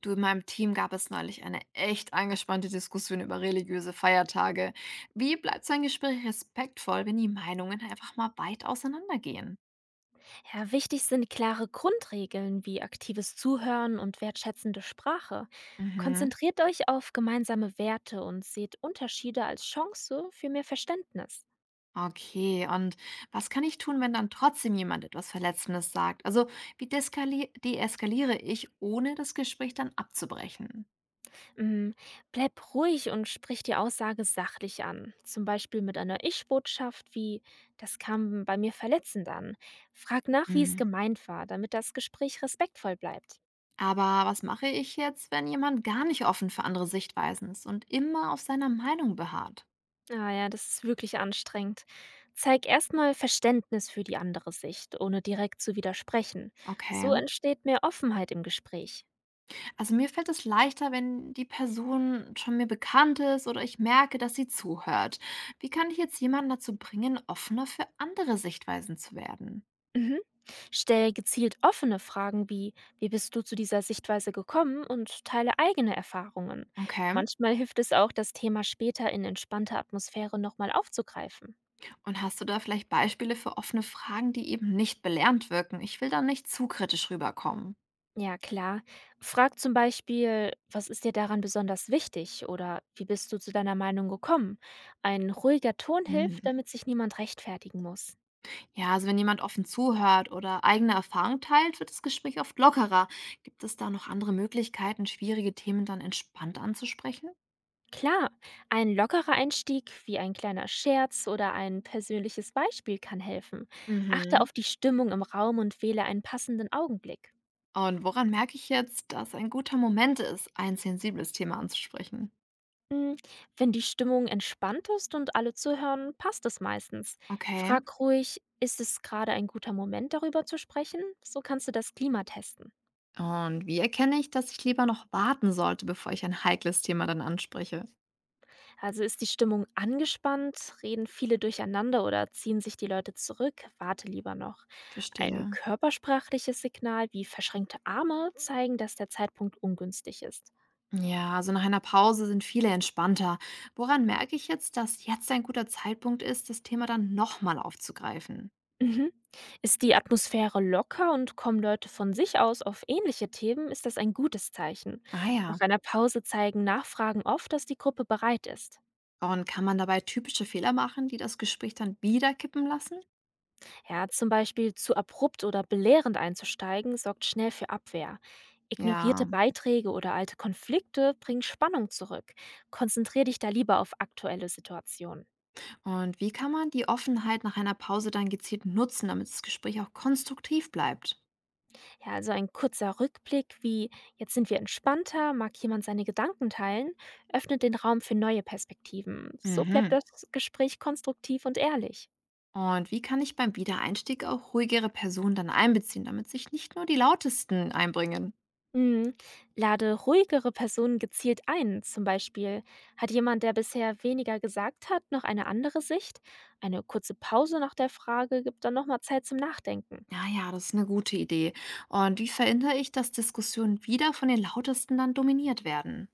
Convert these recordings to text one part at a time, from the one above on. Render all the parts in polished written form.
Du, in meinem Team gab es neulich eine echt angespannte Diskussion über religiöse Feiertage. Wie bleibt so ein Gespräch respektvoll, wenn die Meinungen einfach mal weit auseinandergehen? Ja, wichtig sind klare Grundregeln wie aktives Zuhören und wertschätzende Sprache. Mhm. Konzentriert euch auf gemeinsame Werte und seht Unterschiede als Chance für mehr Verständnis. Okay, und was kann ich tun, wenn dann trotzdem jemand etwas Verletzendes sagt? Also, wie deeskaliere ich, ohne das Gespräch dann abzubrechen? Mm, Bleibt ruhig und spricht die Aussage sachlich an, zum Beispiel mit einer Ich-Botschaft wie das kam bei mir verletzend an. Frag nach, wie es Mhm. gemeint war, damit das Gespräch respektvoll bleibt. Aber was mache ich jetzt, wenn jemand gar nicht offen für andere Sichtweisen ist und immer auf seiner Meinung beharrt? Ah ja, das ist wirklich anstrengend. Zeig erstmal Verständnis für die andere Sicht, ohne direkt zu widersprechen. So Okay. entsteht mehr Offenheit im Gespräch. Also, mir fällt es leichter, wenn die Person schon mir bekannt ist oder ich merke, dass sie zuhört. Wie kann ich jetzt jemanden dazu bringen, offener für andere Sichtweisen zu werden? Mhm. Stell gezielt offene Fragen wie, wie bist du zu dieser Sichtweise gekommen, und teile eigene Erfahrungen. Okay. Manchmal hilft es auch, das Thema später in entspannter Atmosphäre nochmal aufzugreifen. Und hast du da vielleicht Beispiele für offene Fragen, die eben nicht belernt wirken? Ich will da nicht zu kritisch rüberkommen. Ja, klar. Frag zum Beispiel, was ist dir daran besonders wichtig oder wie bist du zu deiner Meinung gekommen? Ein ruhiger Ton hilft, Hm. damit sich niemand rechtfertigen muss. Ja, also wenn jemand offen zuhört oder eigene Erfahrung teilt, wird das Gespräch oft lockerer. Gibt es da noch andere Möglichkeiten, schwierige Themen dann entspannt anzusprechen? Klar, ein lockerer Einstieg wie ein kleiner Scherz oder ein persönliches Beispiel kann helfen. Achte Mhm. auf die Stimmung im Raum und wähle einen passenden Augenblick. Und woran merke ich jetzt, dass ein guter Moment ist, ein sensibles Thema anzusprechen? Mm, Wenn die Stimmung entspannt ist und alle zuhören, passt es meistens. Okay. Frag ruhig, ist es gerade ein guter Moment, darüber zu sprechen? So kannst du das Klima testen. Und wie erkenne ich, dass ich lieber noch warten sollte, bevor ich ein heikles Thema dann anspreche? Also ist die Stimmung angespannt, reden viele durcheinander oder ziehen sich die Leute zurück, warte lieber noch. Ein Verstehe. körpersprachliches Signal wie verschränkte Arme zeigen, dass der Zeitpunkt ungünstig ist. Ja, also nach einer Pause sind viele entspannter. Woran merke ich jetzt, dass jetzt ein guter Zeitpunkt ist, das Thema dann nochmal aufzugreifen? Mhm. Ist die Atmosphäre locker und kommen Leute von sich aus auf ähnliche Themen, ist das ein gutes Zeichen. Ah Nach ja. einer Pause zeigen Nachfragen oft, dass die Gruppe bereit ist. Und kann man dabei typische Fehler machen, die das Gespräch dann wieder kippen lassen? Ja, zum Beispiel zu abrupt oder belehrend einzusteigen, sorgt schnell für Abwehr. Ja. Ignorierte Beiträge oder alte Konflikte bringen Spannung zurück. Konzentrier dich da lieber auf aktuelle Situationen. Und wie kann man die Offenheit nach einer Pause dann gezielt nutzen, damit das Gespräch auch konstruktiv bleibt? Ja, also ein kurzer Rückblick wie jetzt sind wir entspannter, mag jemand seine Gedanken teilen, öffnet den Raum für neue Perspektiven. So bleibt Mhm. das Gespräch konstruktiv und ehrlich. Und wie kann ich beim Wiedereinstieg auch ruhigere Personen dann einbeziehen, damit sich nicht nur die Lautesten einbringen? Mhm. Lade ruhigere Personen gezielt ein. Zum Beispiel hat jemand, der bisher weniger gesagt hat, noch eine andere Sicht. Eine kurze Pause nach der Frage gibt dann nochmal Zeit zum Nachdenken. Ja, ja, das ist eine gute Idee. Und wie verhindere ich, dass Diskussionen wieder von den Lautesten dann dominiert werden?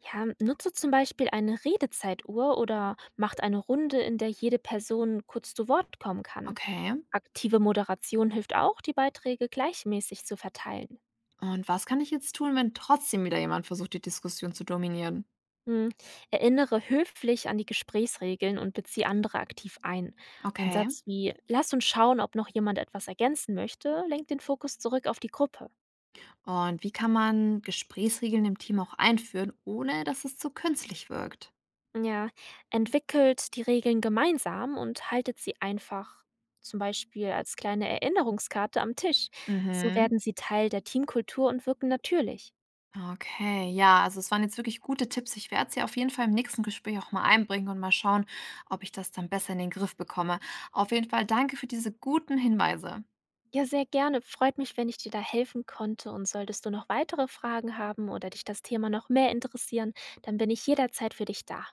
Ja, nutze zum Beispiel eine Redezeituhr oder macht eine Runde, in der jede Person kurz zu Wort kommen kann. Okay. Aktive Moderation hilft auch, die Beiträge gleichmäßig zu verteilen. Und was kann ich jetzt tun, wenn trotzdem wieder jemand versucht, die Diskussion zu dominieren? Hm, erinnere höflich an die Gesprächsregeln und beziehe andere aktiv ein. Ein Okay. Satz wie „Lass uns schauen, ob noch jemand etwas ergänzen möchte“, lenkt den Fokus zurück auf die Gruppe. Und wie kann man Gesprächsregeln im Team auch einführen, ohne dass es zu künstlich wirkt? Ja, entwickelt die Regeln gemeinsam und haltet sie einfach, zum Beispiel als kleine Erinnerungskarte am Tisch. So Mhm. werden sie Teil der Teamkultur und wirken natürlich. Okay, ja, also es waren jetzt wirklich gute Tipps. Ich werde sie auf jeden Fall im nächsten Gespräch auch mal einbringen und mal schauen, ob ich das dann besser in den Griff bekomme. Auf jeden Fall danke für diese guten Hinweise. Ja, sehr gerne. Freut mich, wenn ich dir da helfen konnte. Und solltest du noch weitere Fragen haben oder dich das Thema noch mehr interessieren, dann bin ich jederzeit für dich da.